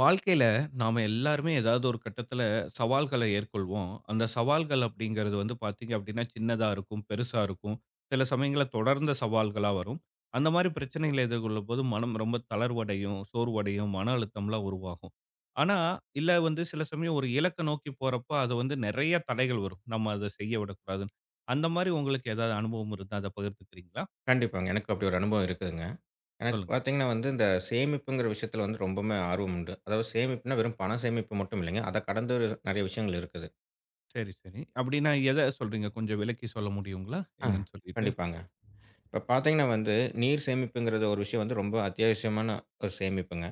வாழ்க்கையில நாம எல்லாருமே ஏதாவது ஒரு கட்டத்துல சவால்களை எதிர்கொள்வோம். அந்த சவால்கள் அப்படிங்கிறது வந்து பார்த்தீங்க அப்படின்னா, சின்னதா இருக்கும், பெருசா இருக்கும். சில சமயங்கள்ல தொடர்ந்த சவால்களா வரும். அந்த மாரி பிரச்சனைகளை எதிர்கொள்ளும்போது மனம் ரொம்ப தளர்வடையும், சோர்வடையும், மன அழுத்தம்லாம் உருவாகும். ஆனா, இல்ல வந்து சில சமயம் ஒரு இலக்க நோக்கி போறப்ப அது வந்து நெறைய தடைகள் வரும். நம்ம அத செய்ய விடக்கூடாதுன்னு. அந்த மாரி உங்களுக்கு ஏதாவது அனுபவம் இருந்தா அத பகிர்ந்துக்கிறீங்களா? கண்டிப்பாங்க. எனக்கு அப்படி ஒரு அனுபவம் இருக்குதுங்க. எனக்கு சொல்லுங்க. பார்த்தீங்கன்னா வந்து, இந்த சேமிப்புங்கிற விஷயத்தில வந்து ரொம்பவுமே ஆர்வம் உண்டு. அதாவது சேமிப்புன்னா வெறும் பண சேமிப்பு மட்டும் இல்லைங்க. அத கடந்த ஒரு நெறைய விஷயங்கள் இருக்குது. சரி, சரி. அப்படின்னா எத சொல்றீங்க? கொஞ்சம் விளக்கி சொல்ல முடியுங்களா? ஆ என்னன்னு சொல்லிட்டு. கண்டிப்பாங்க. இப்ப பார்த்தீங்கன்னா வந்து, நீர் சேமிப்புங்கிறது ஒரு விஷயம் வந்து ரொம்ப அத்தியாவசியமான ஒரு சேமிப்புங்க.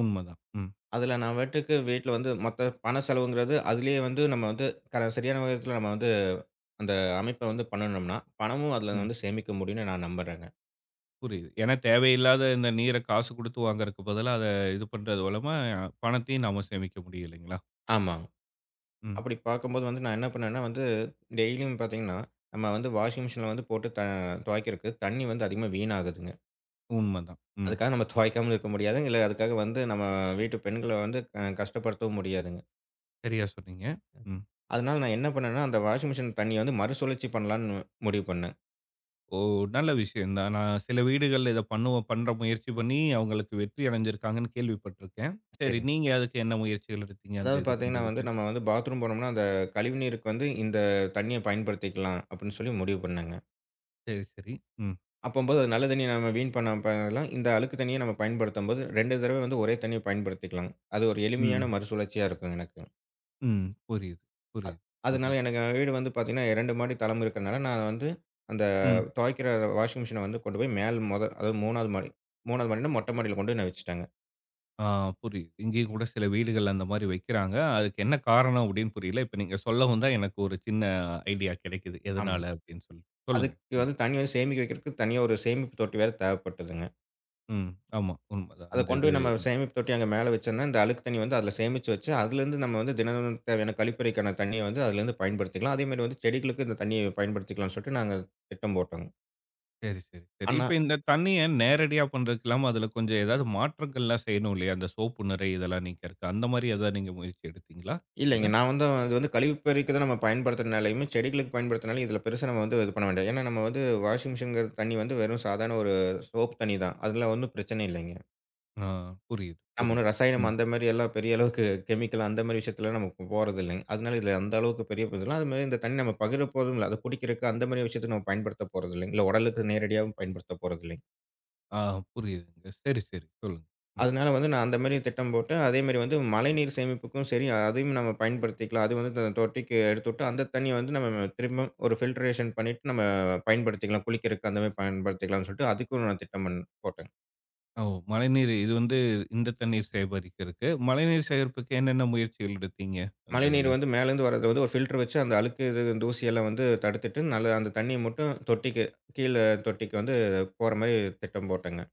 உண்மதான். ம். அதுல நான் பாட்டுக்கு வீட்ல வந்து மொத்த பண செலவுங்கிறது அதிலேயே வந்து நம்ம வந்து சரியான விதத்தில நம்ம வந்து அந்த அமைப்ப வந்து பண்ணுனோம்னா, பணமும் அதுல ம். வந்து சேமிக்க முடியும்னு நான் நம்புறேங்க. புரியுது. ஏன்னா தேவையில்லாத இந்த நீர காசு குடுத்து வாங்குறதுக்கு பதிலா, அத இது பண்றது மூலமா பணத்தையும் நாம சேமிக்க முடியும் இல்லைங்களா? ஆமாங்க. ம். அப்படி பார்க்கும்போது வந்து நான் என்ன பண்ணேன்னா வந்து, டெய்லியும் பார்த்தீங்கன்னா, நம்ம வந்து வாஷிங் மிஷின்ல வந்து போட்டு துவைக்கிறக்கு தண்ணி வந்து அதிகமா வீணாகுதுங்க. உண்மதான். ம். அதுக்காக நம்ம துவைக்காம இருக்க முடியாது. இல்ல அதுக்காக வந்து நம்ம வீட்டு பெண்கள வந்து கஷ்டப்படுத்தவும் முடியாதுங்க. சரியா சொன்னீங்க. ம். அதனால நான் என்ன பண்ணேன்னா, அந்த வாஷிங் மிஷின் தண்ணிய வந்து மறுசுழற்சி பண்ணலான்னு முடிவு பண்ணேன். ஓ! நல்ல விஷயம் தான். நான் சில வீடுகள்ல இத பண்ணுவோம் பண்ற முயற்சி பண்ணி அவங்களுக்கு வெற்றி அடைஞ்சிருக்காங்கன்னு கேள்விப்பட்டிருக்கேன். சரி, சரிங்க. நீங்க அதுக்கு என்ன முயற்சிகள் எடுத்தீங்க? அந்த அதாவது இத பார்த்தீங்கன்னா வந்து, பண்றதுக்கு? நம்ம வந்து பாத்ரூம் போனோம்னா, அந்த கழிவு நீருக்கு வந்து இந்த தண்ணிய பயன்படுத்திக்கலாம் அப்படின்னு சொல்லி முடிவு பண்ணேங்க. சரி, சரி. ம். அப்பம்போது அது நல்ல தண்ணீய நம்ம வீண் பண்ணாம பண்ணலாம். இந்த அழுக்கு தண்ணீய நம்ம பயன்படுத்தும்போது 2 தடவ வந்து ஒரே தண்ணீய பயன்படுத்திக்கலாம். அது ஒரு எளிமையான ம். மறுசுழற்சியா இருக்கும் எனக்கு. ம். புரியுது, புரியுது, அதனால புரியுது. எனக்கு வீடு வந்து பார்த்தீங்கன்னா 2 மாடி தளம் இருக்கிறனால, நான் வந்து அந்த ம். துவைக்கிற வாஷிங் மிஷின வந்து கொண்டு போய் மேல் அதாவது 3வது மாடி 3வது மாடின்னா மொட்ட மாடியில கொண்டு போய் நான் வச்சுட்டேங்க. ஆ, புரியுது. இங்கேயும் கூட சில வீடுகள்ல அந்த மாரி வைக்கிறாங்க. அதுக்கு என்ன காரணம் அப்படின்னு புரியல. இப்ப நீங்க சொல்லவும் தான் எனக்கு ஒரு சின்ன ஐடியா கிடைக்குது. ஆமாங்க. எதனால அப்படின்னு சொல்லி. சொல்லுங்க. அதுக்கு ம். வந்து தண்ணீ வந்து சேமிக்க வைக்கிறதுக்கு தனியா ஒரு சேமிப்பு தொட்டி வேற தேவைப்பட்டதுங்க. ம். ஆமா. உண்மதான். அத அந்த கொண்டு இது. போய் நம்ம சேமிப்பு தொட்டி அங்க மேல வச்சோம்னா, இந்த அழுக்கு தண்ணி வந்து அதுல சேமிச்சு வச்சு, அதுலேருந்து நம்ம வந்து தினமும் தேவையான கழிப்பறைக்கான தண்ணிய வந்து அதுலேருந்து பயன்படுத்திக்கலாம். அதேமாரி வந்து செடிகளுக்கு இந்த தண்ணிய பயன்படுத்திக்கலாம்னு சொல்லிட்டு நாங்க திட்டம் போட்டோங்க. சரி, சரி, சரி. ஆனா இப்ப இந்த தண்ணிய நேரடியா பண்றதுக்கு இல்லாம அதுல கொஞ்சம் ஏதாவது மாற்றங்கள்லாம் செய்யணும் இல்லையா? அந்த சோப்பு நிறை இதெல்லாம் நீக்கறக்கு. அந்த மாரி ஏதாவது நீங்க முயற்சி எடுத்தீங்களா? இல்லைங்க. இதுல? நான் வந்து அது வந்து கழிப்பறைக்கு தான் நம்ம பயன்படுத்துறனாலயுமே, செடிகளுக்கு பயன்படுத்துனாலும் இதில பெருசா நம்ம வந்து இது பண்ண வேண்டாம். ஏன்னா, நம்ம வந்து வாஷிங் மிஷின்ங்கிற தண்ணி வந்து வெறும் சாதாரண ஒரு சோப் தண்ணி தான். அதில ஒண்ணும் பிரச்சனை இல்லைங்க. ஆ, புரியுது, நம்ம புரியுது. ஒண்ணும் ரசாயனம் ம். அந்த மாரி எல்லாம் பெரிய அளவுக்கு கெமிக்கல் அந்த மாரி விஷயத்துலலாம் நமக்கு போறதில்லைங்க. அதனால இதுல அந்த அளவுக்கு பெரிய இதுல அது மாரி இந்த தண்ணி நம்ம பகிர போறதும் இல்ல. அத குடிக்கிறக்கு அந்த மாரி விஷயத்துக்கு நம்ம பயன்படுத்த போறதில்லைங்க. இல்ல உடலுக்கு நேரடியாவும் பயன்படுத்த போறதில்லைங்க. ஆ, புரியுதுங்க. சரி, சரி. சொல்லுங்க. ம். அதனால வந்து நான் அந்த மாரி திட்டம் போட்டு, அதே மாரி வந்து மழைநீர் சேமிப்புக்கும் சரி, அதையும் நம்ம பயன்படுத்திக்கலாம். அது வந்து தொட்டிக்கு எடுத்துட்டு, அந்த தண்ணிய வந்து நம்ம திரும்பவும் ஒரு ஃபில்டரேஷன் பண்ணிட்டு நம்ம பயன்படுத்திக்கலாம். குளிக்கிறக்கு அந்த மாரி பயன்படுத்திக்கலாம்னு சொல்லிட்டு, அதுக்கும் நான் திட்டம் போட்டேன். ஓ! மழைநீர் இது வந்து இந்த தண்ணீர் சேகரிக்கிறதுக்கு. மழைநீர் சேகரிப்புக்கு என்னென்ன முயற்சிகள் எடுத்தீங்க? அந்த மழைநீர் இதுல. வந்து மேலேருந்து வர்றது வந்து ஒரு ஃபில்டர் வச்சு அந்த அழுக்கு இது தூசியெல்லாம் வந்து தடுத்துட்டு, நல்ல அந்த தண்ணிய மட்டும் தொட்டிக்கு கீழ தொட்டிக்கு வந்து போற மாரி திட்டம் போட்டேங்க.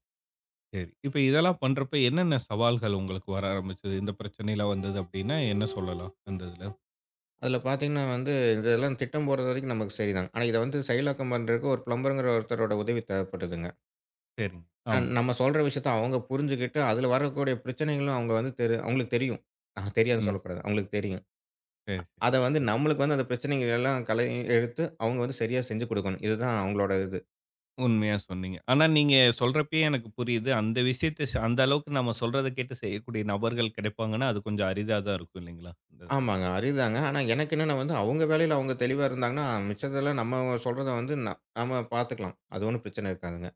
சரி. இப்ப இதெல்லாம் பண்றப்ப என்னென்ன சவால்கள் உங்களுக்கு வர ஆரம்பிச்சது? இந்த பிரச்சனைலாம் வந்தது அப்டின்னா என்ன சொல்லலாம்? அந்த இதுல. அதில பார்த்தீங்கன்னா வந்து இதெல்லாம் திட்டம் போடுறது வரைக்கும் நமக்கு சரிதான். ஆனா இத வந்து செயலாக்கம் பண்றதுக்கு ஒரு பிளம்பர்ங்கிற ஒருத்தரோட உதவி தேவைப்படுதுங்க. சரிங்க. ஆமா. நம்ம சொல்ற விஷயத்த அவங்க புரிஞ்சுகிட்டு, அதில வரக்கூடிய பிரச்சனைகளும் அவங்க வந்து அவங்களுக்கு தெரியும். தெரியாதுன்னு ம். சொல்லக்கூடாது. அவங்களுக்கு தெரியும். சரி, சரி. அத வந்து நம்மளுக்கு வந்து அந்த பிரச்சனைகள் எல்லாம் எடுத்து அவங்க வந்து சரியா செஞ்சு குடுக்கணும். இதுதான் அவங்களோட இது. உண்மையா சொன்னீங்க. ஆனா நீங்க சொல்றப்பயே எனக்கு புரியுது. அந்த விஷயத்த அந்த அளவுக்கு நம்ம சொல்றத கேட்டு செய்யக்கூடிய நபர்கள் கிடைப்பாங்கன்னா, அது கொஞ்சம் அரிதா தான் இருக்கும் இல்லைங்களா? இந்த இதுல. ஆமாங்க. அறிவுதாங்க. ஆனா எனக்கு என்னன்னா வந்து, அவங்க வேலையில அவங்க தெளிவா இருந்தாங்கன்னா, மிச்சதெல்லாம் நம்ம சொல்றத வந்து நம்ம பார்த்துக்கலாம். அது ஒண்ணும் பிரச்சனை இருக்காதுங்க.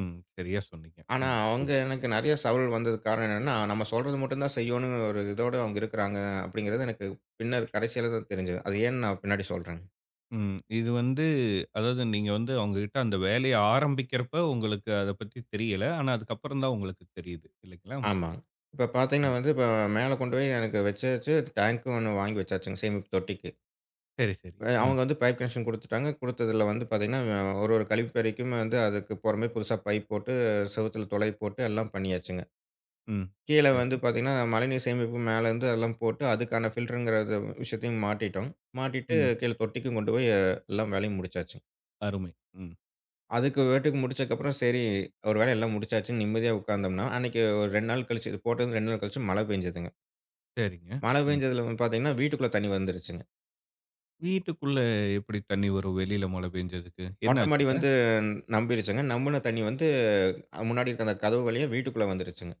ம். சரியா சொன்னீங்க. ஆனா ம். அவங்க சொல்லுங்க. எனக்கு நெறைய சவால் வந்ததுக்கு காரணம் என்னன்னா, நம்ம சொல்றது மட்டும் தான் செய்யணும்னு ஒரு இதோட அவங்க இருக்கிறாங்க அப்படிங்கிறது எனக்கு பின்னர் கடைசியில தான் தெரிஞ்சது. அது ஏன்னு நான் பின்னாடி சொல்றேங்க. ம். இது வந்து அதாவது நீங்க வந்து அவங்ககிட்ட அந்த வேலைய ஆரம்பிக்கிறப்ப உங்களுக்கு அத பத்தி தெரியல. ஆனா அதுக்கப்புறம் தான் உங்களுக்கு தெரியுது. இல்லைங்களா? ஆமாங்க. இப்ப பார்த்தீங்கன்னா ம். வந்து, இப்ப மேல கொண்டு போய் எனக்கு வச்சாச்சு. டேங்க்கும் ஒண்ணு வாங்கி வச்சாச்சுங்க சேமிப்பு தொட்டிக்கு. சரி, சரி. ம், அவங்க வந்து பைப் கனெக்ஷன் குடுத்துட்டாங்க. குடுத்ததுல வந்து பார்த்தீங்கன்னா, ஒரு ஒரு கழிப்பறைக்கும் வந்து அதுக்கு போற மாரி புதுசா பைப் போட்டு, செவுத்துல துளை போட்டு எல்லாம் பண்ணியாச்சுங்க. ம். கீழ வந்து சரி. பார்த்தீங்கன்னா, மழைநீர் சேமிப்பு மேலருந்து அதெல்லாம் போட்டு, அதுக்கான ஃபில்டருங்கிற இது விஷயத்தையும் மாட்டிட்டோம். மாட்டிட்டு ம். கீழ தொட்டிக்கும் கொண்டு போய் எல்லாம் வேலையும் முடிச்சாச்சு. அருமை. ம். அதுக்கு பாட்டுக்கு முடிச்சதுக்கப்புறம் சரி, ஒரு வேளை எல்லாம் முடிச்சாச்சுன்னு நிம்மதியா உட்கார்ந்தோம்னா, அன்னைக்கு ஒரு 2 நாள் கழிச்சு இது போட்டது 2 நாள் கழிச்சு மழை பெஞ்சதுங்க. சரிங்க. மழை ம். பெஞ்சதுல வந்து பார்த்தீங்கன்னா, வீட்டுக்குள்ள தண்ணி வந்துருச்சுங்க. வீட்டுக்குள்ள எப்படி தண்ணி வரும் வெளியில மழை பெஞ்சதுக்கு? என்ன மொட்டை மாடி ஆச்சுங்க? வந்து நம்பிருச்சுங்க. நம்புன தண்ணி வந்து முன்னாடி இருக்க அந்த கதவு வழியா வீட்டுக்குள்ள வந்துருச்சுங்க.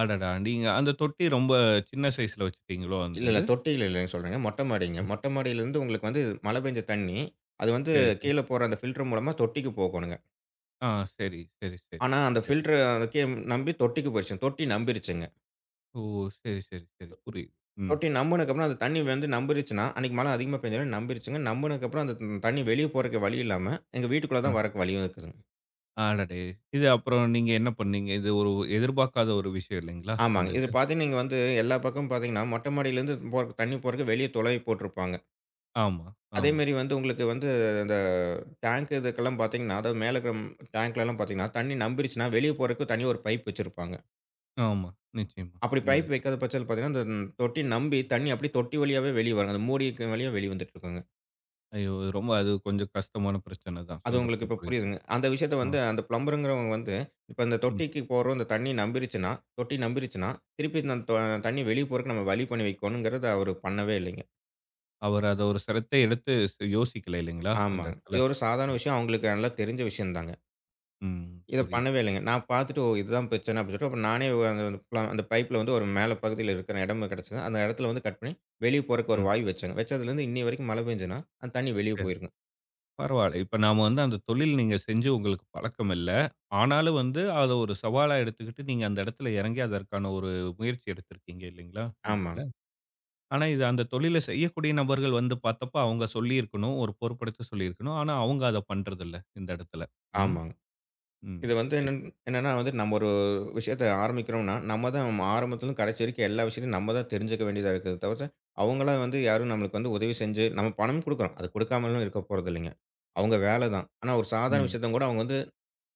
அடடா! நீங்க அந்த தொட்டி ரொம்ப சின்ன சைஸ்ல வச்சுட்டீங்களோ அந்த இல்ல, இது? தொட்டியில இல்லைன்னு சொல்றேங்க. மொட்டை மாடிங்க. ம். மொட்டை மாடியிலருந்து உங்களுக்கு வந்து மழை பெஞ்ச தண்ணி, அது வந்து சரி, சரி. கீழ போற அந்த ஃபில்டர் மூலமா தொட்டிக்கு போகணுங்க. ஆ, சரி, சரி, சரி, ஆனா அந்த சரி. ஃபில்டர் அத கீழ நம்பி தொட்டிக்கு போயிருச்சுங்க. தொட்டி நம்பிருச்சுங்க. ஓ! சரி, சரி, சரி. புரியுது. ம். தொட்டி நம்புனதுக்கப்புறம் அந்த தண்ணி வந்து நம்பிருச்சுன்னா, அன்னைக்கு மழை அதிகமா பெஞ்சதுனால நம்பிருச்சுங்க. நம்புனதுக்கப்புறம் அந்த தண்ணி வெளிய போறதுக்கு வழி இல்லாம, எங்க வீட்டுக்குள்ள அ. தான் வரக்கு வழியும் இருக்குதுங்க. அடடே! இது அப்புறம் நீங்க என்ன பண்ணீங்க? இது ஒரு எதிர்பார்க்காத ஒரு விஷயம் இல்லைங்களா? இந்த ஆமாங்க. இது இது. பார்த்தீங்கன்னா, இங்க வந்து எல்லா பக்கமும் பார்த்தீங்கன்னா, மொட்டை மாடியிலருந்து போற தண்ணி போறதுக்கு வெளிய துளவி போட்டுருப்பாங்க. ஆமா, ஆமா, அதேமாரி வந்து உங்களுக்கு வந்து அந்த டேங்க் இதுக்கெல்லாம் பார்த்தீங்கன்னா, அதாவது மேல இருக்கிற டேங்க்லலாம் பார்த்தீங்கன்னா, தண்ணி நம்பிருச்சுன்னா, வெளிய போறதுக்கு தனியா ஒரு பைப் வச்சிருப்பாங்க. ஆமா. நிச்சயமா. அப்படி இந்த பைப் இதுல. வைக்காத பட்சத்தில பார்த்தீங்கன்னா, அந்த தொட்டி நம்பி தண்ணி அப்படியே தொட்டி வழியாவே வெளிய வருங்க. அந்த மூடிக்கு வழியா வெளிய வந்துட்டுருக்குங்க. ஐயோ! ரொம்ப அது கொஞ்சம் கஷ்டமான பிரச்சனை தான். அது உங்களுக்கு சொல்றப்பயே இப்போ புரியுது. புரியுதுங்க. அந்த விஷயத்த ஆ, வந்து அந்த பிளம்பருங்கிறவங்க வந்து, இப்ப இந்த ம். தொட்டிக்கு போற அந்த தண்ணி நம்பிருச்சுன்னா தொட்டி நம்பிருச்சுன்னா, திருப்பி அந்த தண்ணி வெளிய போறதுக்கு நம்ம வழி பண்ணி வைக்கணுங்கிறத அவரு பண்ணவே இல்லைங்க. அவர் அத ஒரு சிரத்தை எடுத்து யோசிக்கல இல்லைங்களா? அந்த ஆமாங்க. இடத்துல. இது ஒரு சாதாரண ம், விஷயம். அவங்களுக்கு நல்லா தெரிஞ்ச விஷயம் தாங்க. ம். இத புரியுது. பண்ணவே இல்லைங்க. நான் பார்த்துட்டு, ஓ! இதுதான் பிரச்சனை அப்படின்னு சொல்லிட்டு, அப்புறம் நானே அந்த அந்த பைப்ல வந்து ஒரு மேல பகுதியில இருக்கிற இடம் கிடைச்சது. அந்த இடத்துல வந்து கட் பண்ணி, வெளிய போறதுக்கு ஒரு ம். வாய் வச்சேங்க. வச்சதுலேருந்து இன்னைய வரைக்கும் மழை பெஞ்சதுன்னா, அந்த தண்ணி வெளிய சரி. போயிருங்க. பரவால்ல. இப்ப நாம வந்து அந்த தொழில் நீங்க செஞ்சு உங்களுக்கு பழக்கம் இல்ல. ஆனாலும் வந்து அத ஒரு சவாலா எடுத்துக்கிட்டு, நீங்க அந்த இடத்துல இறங்கி அதற்கான ஒரு முயற்சி எடுத்திருக்கீங்க இல்லைங்களா? இந்த இதுல. ஆமாங்க, ஆனா, இது அந்த தொழில செய்யக்கூடிய நபர்கள் வந்து பார்த்தப்ப, அவங்க சொல்லியிருக்கணும். ஒரு பொறுப்பெடுத்து சொல்லியிருக்கணும். ஆனா, அவங்க அத பண்றதில்ல, இந்த இடத்துல. ம், ஆமாங்க. ம். இது வந்து சரி. என்னன்னா வந்து நம்ம ஒரு விஷயத்த ஆரம்பிக்கிறோம்னா, நம்ம தான் ஆரம்பத்துலருந்து கடைசி வரைக்கும் எல்லா விஷயத்தையும் நம்ம தான் தெரிஞ்சுக்க வேண்டியதா இருக்குது தவிர்த்து, அவங்களா வந்து யாரும் நம்மளுக்கு வந்து உதவி செஞ்சு நம்ம பணம் குடுக்குறோம். அது குடுக்காமலும் இருக்க போறதில்லைங்க. அவங்க வேலை தான். ஆனா ஒரு சாதாரண ம். விஷயத்த கூட அவங்க வந்து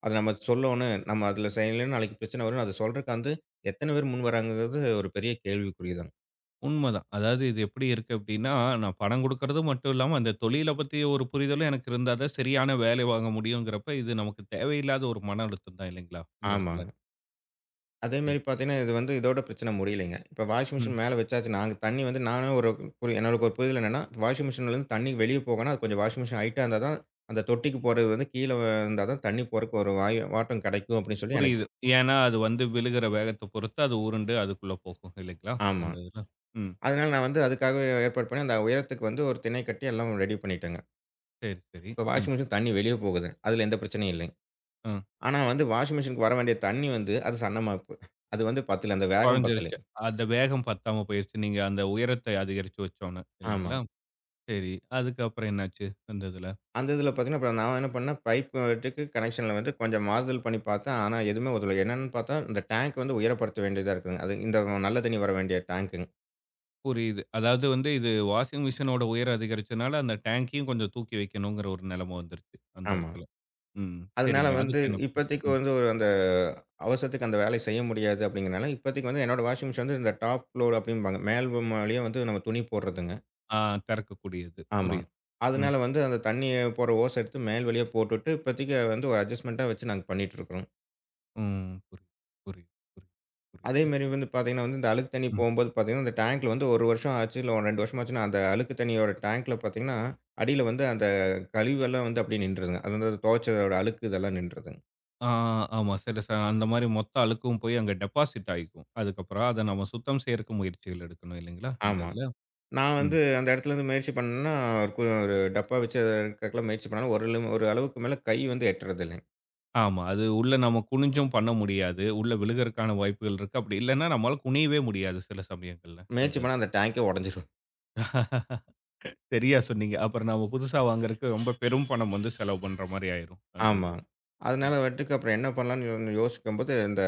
அத நம்ம சொல்லோணும். நம்ம அதில செய்யலன்னு நாளைக்கு பிரச்சனை வரும்ன்னு அத சொல்றதுக்கு வந்து எத்தனை பேர் முன் வராங்கங்கிறது ஒரு பெரிய கேள்விக்குறி தான். உண்மதான். அதாவது இது எப்படி இருக்கு அப்படின்னா, நான் பணம் குடுக்கறது மட்டும் இல்லாம, அந்த தொழில பத்தி ஒரு புரிதலும் எனக்கு இருந்தா தான் சரியான வேலை வாங்க முடியுங்கிறப்ப, இது நமக்கு தேவையில்லாத ஒரு மன அழுத்தம் தான் இல்லைங்களா? இந்த இடத்துல. ஆமாங்க. அதேமாரி பார்த்தீங்கன்னா, இது வந்து இதோட பிரச்சனை முடியலைங்க. இப்ப வாஷிங் ம். மிஷின் மேல வச்சாச்சு. நாங்க தண்ணி வந்து நானே ஒரு என்னோட ஒரு புரிதல் என்னன்னா, வாஷிங் மிஷின்லேருந்து தண்ணி வெளிய போகன்னா, அது கொஞ்சம் வாஷிங் மிஷின் ஹைட்டா இருந்தா தான், அந்த தொட்டிக்கு போறது வந்து கீழ இருந்தா தான் தண்ணி போறக்கு ஒரு வாயு வாட்டம் கிடைக்கும் அப்படின்னு சொல்லி எனக்கு புரியுது. ஏன்னா, அது வந்து விழுகிற வேகத்த பொறுத்து அது உருண்டு அதுக்குள்ள போகும் இல்லைங்களா? ஆமா. அந்த இதுல. ம். அதனால நான் வந்து அதுக்காக ஏற்பாடு பண்ணி, அந்த உயரத்துக்கு வந்து ஒரு திணை கட்டி எல்லாம் ரெடி பண்ணிட்டேங்க. சரி, சரி. இப்ப ம். வாஷிங் மிஷின் தண்ணி வெளிய போகுது. அதில எந்த பிரச்சனையும் இல்லைங்க. ஆ. ஆனா வந்து வாஷிங் மிஷினுக்கு வர வேண்டிய தண்ணி வந்து அது சன்னமாப்பு. அது வந்து பத்தல. அந்த வேகம் பத்தல. குறைஞ்சிருச்சு. அந்த வேகம் பத்தாம போயிருச்சு. நீங்க அந்த உயரத்தை அதிகரிச்சு வச்சோன்ன, ஆமா. இல்லைங்களா? சரி. அதுக்கப்புறம் என்னாச்சு? அந்த இதுல. அந்த இதுல பார்த்தீங்கன்னா, அப்புறம் நான் என்ன பண்ணேன், பைப் வெட்டுக்கு கனெக்ஷன்ல வந்து கொஞ்சம் மாறுதல் பண்ணி பார்த்தேன். ஆனா எதுவுமே உதவல. என்னன்னு பார்த்தா, இந்த டேங்க் வந்து உயரப்படுத்த வேண்டியதா இருக்குங்க. அது இந்த நல்ல தண்ணி வர வேண்டிய டேங்க்குங்க. புரியுது. அதாவது வந்து இது வாஷிங் மிஷினோட உயரம் அதிகரிச்சனால, அந்த டேங்கையும் கொஞ்சம் தூக்கி வைக்கணுங்கிற ஒரு நிலைமை வந்துருச்சு, அந்த ஆமா. இடத்துல. ம். அதனால சரிங்க. வந்து அதுக்கு என்ன பண்ண- இப்போதைக்கு ம். வந்து ஒரு அந்த அவசரத்துக்கு அந்த வேலைய செய்ய முடியாது அப்படிங்கிறனால, இப்போதைக்கு வந்து என்னோட வாஷிங் மிஷின் வந்து இந்த டாப் லோட் அப்படிம்பாங்க. மேல் மாடியே வந்து நம்ம துணி போடுறதுங்க. ஆ, திறக்கக்கூடியது. ஆமா. புரியுது. ம். அதனால வந்து அந்த தண்ணீய போற ஓச எடுத்து மேல் வழியா போட்டுட்டு, இப்போதைக்கு வந்து ஒரு அட்ஜஸ்ட்மென்ட்டா வச்சு நாங்க பண்ணிட்டுருக்கிறோம். ம். புரியுது, புரியுது, புரியுது, புரியுது. அதேமாரி வந்து பார்த்தீங்கன்னா வந்து, இந்த அழுக்கு தண்ணி ம். போம்போது பார்த்தீங்கன்னா, இந்த டேங்க்ல வந்து 1 வருஷம் ஆச்சு, இல்ல ஒரு 2 வருஷம் ஆச்சுன்னா, அந்த அழுக்கு தண்ணியோட டேங்க்ல பார்த்தீங்கன்னா, அடியில வந்து அந்த கழிவெல்லாம் வந்து அப்படியே நின்றுதுங்க. அது வந்து அது துவைச்சதோட அழுக்கு இதெல்லாம் நின்றுதுங்க. ஆ, ஆமா. சில அந்த மாரி மொத்த அழுக்கும் போய் அங்க டெபாசிட் ஆயிக்கும். அதுக்கப்புறம் அத நம்ம சுத்தம் செய்யறக்கு முயற்சிகள் எடுக்கணும், இல்லைங்களா? இந்த ஆமா. இதுல. நான் ம். வந்து அந்த இடத்துலேருந்து முயற்சி பண்ணேன்னா, ஒரு டப்பா வச்சு அத எடுக்கிறதுக்குலாம் முயற்சி பண்ணாலும், ஒரு அளவுக்கு மேல கை வந்து எட்டுறதில்லைங்க. ஆமா. அது உள்ள நம்ம குனிஞ்சும் பண்ண முடியாது. உள்ள விழுகறக்கான வாய்ப்புகள் இருக்கு. அப்படி இல்லன்னா, நம்மால குனியவே முடியாது சில சமயங்கள்ல. அந்த முயற்சி பண்ணா அந்த டேங்கே உடைஞ்சிரும். சரியா சொன்னீங்க. அப்புறம் நாம புதுசா வாங்குறக்கு ரொம்ப பெரும் பணம் வந்து செலவு பண்ற மாரி ஆயிரும், அந்த ஆமா. இதுல. அதனால ம். வந்துட்டுக்கு அப்புறம் என்ன பண்ணலான்னு யோசிக்கும்போது, இந்த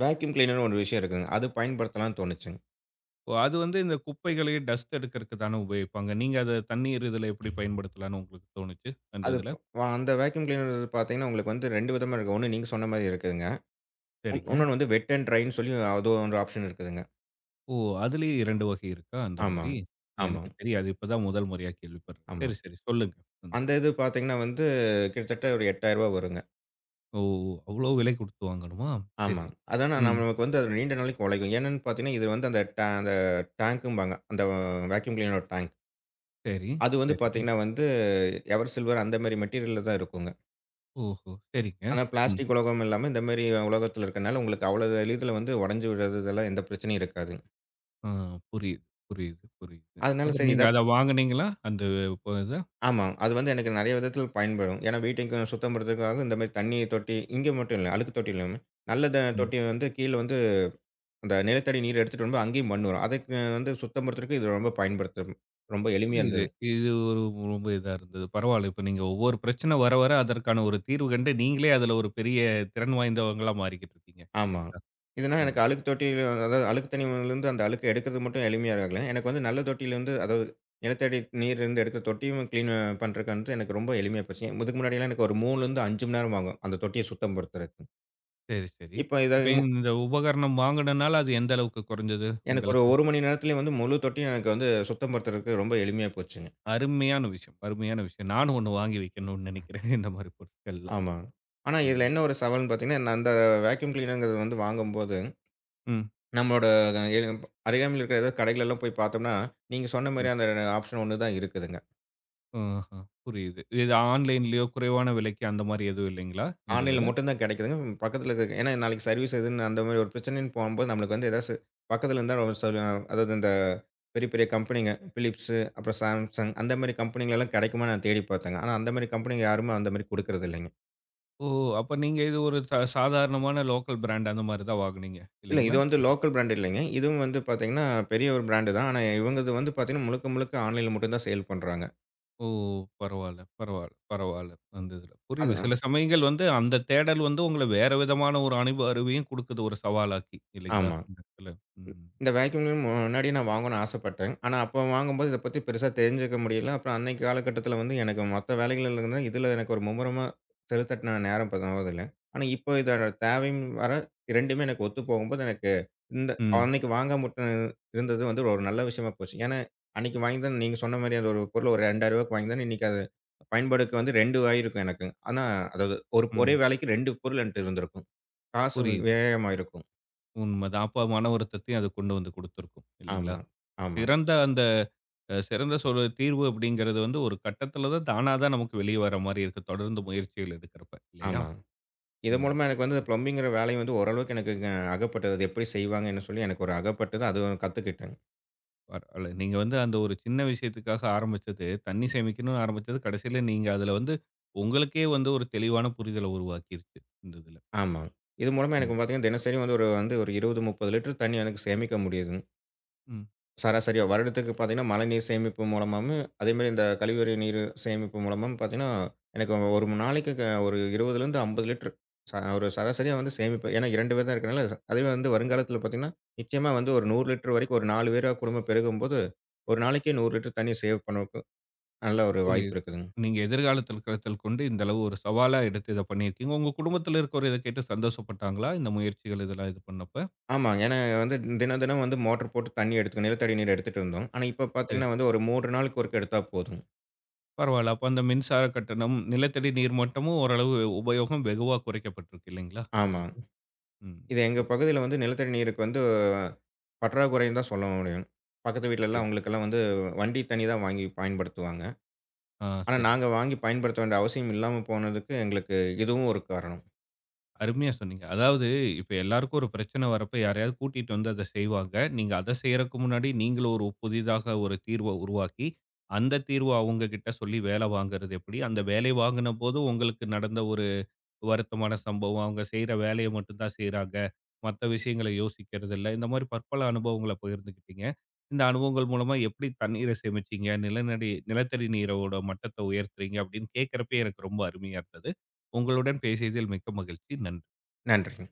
வேக்யூம் கிளீனர்னு ஒரு விஷயம் இருக்குங்க. அது பயன்படுத்தலாம்ன்னு தோணுச்சுங்க. ஓ, அது வந்து இந்த குப்பைகளையும் டஸ்ட் எடுக்கறக்கு தானே உபயோகிப்பாங்க. நீங்க அத தண்ணீர் இதுல எப்படி பயன்படுத்தலாம்ன்னு உங்களுக்கு தோணுச்சு, அந்த அது இதுல? அந்த வேக்யூம் கிளீனர் பார்த்தீங்கன்னா, உங்களுக்கு வந்து 2 விதமா இருக்கு. ஒண்ணு நீங்க சொன்ன மாரி இருக்குதுங்க. சரிங்க. இன்னொன்னு வந்து வெட் அண்ட் ட்ரைன்னு சொல்லி அது ஒரு ஆப்ஷன் இருக்குதுங்க. ஓ! அதுலயும் 2 வகை இருக்கா, அந்த மாரி? ஆமாங்க. எனக்கு ஆமாங்க. தெரியாது. இப்பதான் முதல் முறையா கேள்விப்படுறேன். சரி, ஆமாங்க. சரி. சொல்லுங்க. ம். அந்த இது பார்த்தீங்கன்னா வந்து கிட்டத்தட்ட ஒரு ரூ. 8,000 வருங்க. ஓ! அவ்ளோ விலை குடுத்து வாங்கணுமா? சரி. ஆமாங்க. அதான ம். நமக்கு வந்து அது நீண்ட நாளைக்கு உழைக்கும். என்னன்னு பார்த்தீங்கன்னா, இது வந்து அந்த அந்த டேங்க்கும்பாங்க. அந்த வேக்யூம் கிளீனரோட டேங்க். சரி, அது வந்து சரிங்க. பார்த்தீங்கன்னா வந்து எவர் சில்வர் அந்த மாரி மெட்டீரியல்ல தான் இருக்குங்க. ஓஹோ! சரிங்க. ஆனா ம். பிளாஸ்டிக் உலகம் இல்லாம, இந்த மாரி உலகத்துல இருக்கனால, உங்களுக்கு அவ்வளவு எளிதில வந்து உடைஞ்சு விழுறது இதெல்லாம் எந்த பிரச்சனையும் இருக்காது. ஆ, புரியுது, புரியுது, புரியுது. அதனால அப்புறம் சரி இத நீங்க அத வாங்குனீங்களா? அந்த இத? ஆமா. அது வந்து எனக்கு நெறைய விதத்துல பயன்படும். ஏன்னா வீட்டுக்கு சுத்தம் படுத்துறதுக்காக இந்த மாரி தண்ணி தொட்டி, இங்க மட்டும் இல்ல. அழுக்கு தொட்டி இல்லாம, நல்ல ம். தொட்டி வந்து கீழ வந்து அந்த நிலத்தடி நீர் எடுத்துட்டு வரும்போது அங்கேயும் மண் வரும். அதுக்கு வந்து சுத்தம் படுத்துறதுக்கு இது ரொம்ப பயன்படுத்தும். ரொம்ப எளிமையா புரியுது. இருந்தது. இது ஒரு ரொம்ப இதா இருந்தது. பரவால்ல. இப்ப நீங்க ஒவ்வொரு பிரச்சனை வர, வர அதற்கான ஒரு தீர்வு கண்டு, நீங்களே அதுல ஒரு பெரிய திறன் வாய்ந்தவங்களா மாறிக்கிட்டு இருக்கீங்க. ஆமா. இல்லைங்களா? இதுனா ம். எனக்கு அழுக்கு தொட்டியில அதாவது அழுக்கு தண்ணீலருந்து அந்த அழுக்க எடுக்கிறது மட்டும் எளிமையா ஆகல. எனக்கு வந்து நல்ல தொட்டியிலருந்து அதாவது நிலத்தடி நீர்லருந்து எடுக்கிற தொட்டியும் கிளீன் பண்றதுக்கு வந்து எனக்கு ரொம்ப எளிமையா போச்சு. இதுக்கு முன்னாடிலாம் எனக்கு ஒரு 3லருந்து 5 மணி நேரம் ஆகும். அந்த தொட்டிய சுத்தம் படுத்துறதுக்கு. சரி, சரி. இப்ப இத இப்ப இந்த உபகரணம் வாங்குனனால, அது எந்த அளவுக்கு குறைஞ்சது எனக்கு ஒரு உங்களுக்கு? 1 மணி நேரத்திலேயே வந்து முழு தொட்டியும் எனக்கு வந்து சுத்தம் படுத்துறதுக்கு ரொம்ப எளிமையா போச்சுங்க. அருமையான விஷயம், அருமையான விஷயம். நானும் ஒண்ணு வாங்கி வைக்கணும்னு நெனைக்கிறேன். இந்த மாரி பொருட்கள்ல. ஆமாங்க. ஆனா இதுல ம், என்ன ஒரு சவால்ன்னு பார்த்தீங்கன்னா, நான் அந்த வேக்யூம் கிளீனர்ங்கிறது வந்து வாங்கும்போது, ம். நம்மளோட அ அருகாமையில இருக்கிற ஏதாவது கடைகள்லாம் போய் பார்த்தோம்னா, நீங்க சொன்ன மாரி அந்த ஆப்ஷன் ஒண்ணு தான் இருக்குதுங்க. ஆஹா, புரியுது. இது ஆன்லைன்லயோ குறைவான விலைக்கு அந்த மாரி எதுவும் இல்லைங்களா? இந்த ஆன்லைன்ல இதுல? மட்டும் தான் கிடைக்குதுங்க. பக்கத்துல இருக்க ஏன்னா நாளைக்கு சர்வீஸ் எதுன்னு அந்த மாரி ஒரு பிரச்சனைன்னு போம்போது நம்மளுக்கு வந்து ஏதாச்சு பக்கத்துல இருந்தா ஒரு சில அதாவது இந்த பெரிய, பெரிய கம்பெனிங்க Philips, அப்புறம் Samsung அந்த மாரி கம்பெனிங்கலாம் கிடைக்குமா நான் தேடி பார்த்தேங்க. ஆனா அந்த மாரி கம்பெனிங்க யாருமே அந்த மாரி குடுக்குறது இல்லைங்க. ஓ! அப்ப நீங்க இது ஒரு சாதாரணமான லோக்கல் பிராண்ட் அந்த மாரி தான் வாங்குனீங்க இல்ல இல்லைங்களா? இது வந்து லோக்கல் பிராண்ட் இல்லைங்க. இதுவும் வந்து பார்த்தீங்கன்னா, பெரிய ஒரு பிராண்ட் தான். ஆனா இவங்கது வந்து பார்த்தீங்கன்னா, முழுக்க, முழுக்க ஆன்லைன்ல மட்டும் தான் சேல் பண்றாங்க. ஓ! பரவால்ல, பரவால்ல, பரவால்ல. அந்த இதுல. புரியுது. அது சில சமயங்கள் வந்து அந்த தேடல் வந்து உங்கள வேற விதமான ஒரு அறிவையும் குடுக்குது ஒரு சவாலாக்கி இல்லைங்களா? ஆமா. இந்த இடத்துல. ம். இந்த வேக்யூம் கிளீனர் முன்னாடி நான் வாங்கணும்னு ஆசைப்பட்டேன். ஆனா, அப்போ வாங்கும்போது இத பத்தி பெருசா தெரிஞ்சுக்க முடியல. அப்புறம் அன்னைக்கு காலகட்டத்தில வந்து எனக்கு மத்த வேலைகள்ல இருந்து இதுல எனக்கு ஒரு மும்முரமா செலுத்தட்டின நேரம் போதில்ல. ஆனா, இப்போ சரி. இதோட தேவையும் வர 2மே எனக்கு ஒத்து போகும்போது எனக்கு இந்த ம், அன்னைக்கு வாங்காம விட்ட இருந்தது வந்து ஒரு நல்ல விஷயமா போச்சு. ஏன்னா, அன்னைக்கு வாங்கியிருந்தா நீங்க சொன்ன மாரி அந்த ஒரு பொருள் ஒரு ரூ. 2000க்கு வாங்கியிருந்தேன். இன்னைக்கு அது பயன்பாடுக்கு வந்து 2 ஆகியிருக்கும் எனக்கு. ஆனா, அதாவது ஒரே ம். வேலைக்கு 2 பொருள் என்ட்ட இருந்திருக்கும். காசு புரியுது. விரயமாயிருக்கும். உண்மதான். அப்ப மன வருத்தத்தையும் அது கொண்டு வந்து குடுத்திருக்கும் இல்லைங்களா? ஆமா, ஆமா, சிறந்த அந்த சிறந்த சொல் தீர்வு அப்படிங்கிறது வந்து ஒரு கட்டத்தில தான் தானா தான் நமக்கு வெளிய வர மாரி இருக்கு. தொடர்ந்து முயற்சிகள் எடுக்கிறப்ப இல்லையா? ஆமா. இது ம். மூலமா எனக்கு வந்து புரியுது. ப்ளம்பிங்கிற வேலை வந்து ஓரளவுக்கு எனக்குங்க அகப்பட்டது. அது எப்படி செய்வாங்கன்னு சொல்லி எனக்கு ஒரு அகப்பட்டது. அது கத்துக்கிட்டேங்க. பரவால்ல. நீங்க வந்து அந்த ஒரு சின்ன விஷயத்துக்காக ஆரம்பிச்சது, தண்ணி சேமிக்கணும்னு ஆரம்பிச்சது, கடைசியில நீங்க அதில வந்து உங்களுக்கே வந்து ஒரு தெளிவான புரிதல உருவாக்கிருச்சு. இந்த இதில. ஆமாங்க. இது மூலமா ம். எனக்கு பார்த்தீங்கன்னா, தினசரி வந்து ஒரு 20, 30 லிட்டர் தண்ணி எனக்கு சேமிக்க முடியுதுங்க. ம். சராசரியா வருடத்துக்கு பார்த்தீங்கன்னா, மழைநீர் சேமிப்பு மூலமாவும், அதேமாரி இந்த கழிவறை நீர் சேமிப்பு மூலமாவும் பார்த்தீங்கன்னா, எனக்கு ஒரு நாளைக்கு ஒரு 20லேருந்து 50 லிட்டர் ஒரு சராசரியா வந்து சேமிப்பு. ஏன்னா 2 பேர் தான் இருக்கனால, அதுவே வந்து வருங்காலத்தில பார்த்தீங்கன்னா, நிச்சயமா வந்து ஒரு 100 லிட்டர் வரைக்கும் ஒரு 4 பேரா குடும்பம் பெருகும்போது, ஒரு நாளைக்கே 100 லிட்டர் தண்ணீ சேவ் பண்ண நல்ல ஒரு வாய்ப்பு புரியுது. இருக்குதுங்க. நீங்க எதிர்காலத்தில கருத்தில் கொண்டு இந்த அளவு ஒரு சவாலா எடுத்து இத பண்ணியிருக்கீங்க. உங்க குடும்பத்தில இருக்கிறவரு இத கேட்டு சந்தோஷப்பட்டாங்களா? இந்த முயற்சிகள் இதெல்லாம் இது பண்ணப்ப? ஆமாங்க. ஏன்னா வந்து தினம், தினம் வந்து மோட்டர் போட்டு தண்ணி எடுத்து நிலத்தடி நீர் எடுத்துட்டு இருந்தோம். ஆனா இப்ப சரி. பார்த்தீங்கன்னா வந்து ஒரு 3 நாளுக்கு ஒருக்க எடுத்தா போதும். பரவால்ல. அப்ப அந்த மின்சார கட்டணம், நிலத்தடி நீர் மட்டமும் ஓரளவு உபயோகம் வெகுவா குறைக்கப்பட்டிருக்கு இல்லைங்களா? இந்த ஆமாங்க. இது? ம். இது எங்க ஒரு பகுதியில வந்து நிலத்தடி நீருக்கு வந்து பற்றாக்குறைன்னு தான் சொல்ல முடியும். பக்கத்து வீட்லலாம் பெரிய அவங்களுக்கெல்லாம் வந்து வண்டி தண்ணி தான் வாங்கி பயன்படுத்துவாங்க. ஆ, ஆனா சரிங்க. நாங்க வாங்கி பயன்படுத்த வேண்டிய அவசியம் இல்லாம போனதுக்கு எங்களுக்கு இதுவும் ஒரு காரணம். அருமையா சொன்னீங்க. அதாவது இப்ப எல்லாருக்கும் ஒரு பிரச்சனை வரப்ப யாரையாவது கூட்டிட்டு வந்து அத செய்வாங்க. நீங்க அத செய்யறக்கு முன்னாடி நீங்களும் ஒரு புதிதாக ஒரு தீர்வ உருவாக்கி, அந்த தீர்வ அவங்க கிட்ட சொல்லி வேலை வாங்குறது எப்படி? அந்த வேலை வாங்குனபோது உங்களுக்கு நடந்த ஒரு வருத்தமான சம்பவம். அவங்க செய்ற வேலைய மட்டும் தான் செய்றாங்க. மத்த விஷயங்கள யோசிக்கிறது இல்ல. இந்த மாரி பற்பல அனுபவங்கள பகிர்ந்துக்கிட்டீங்க. இந்த அனுபவங்கள் மூலமா எப்படி தண்ணீர சேமிச்சீங்க, நிலத்தடி நீரோட மட்டத்த உயர்த்துறீங்க அப்படின்னு கேட்கிறப்பயே எனக்கு ரொம்ப அருமையா இருந்தது. உங்களுடன் பேசியதில் மிக்க மகிழ்ச்சி. நன்றி. நன்றி.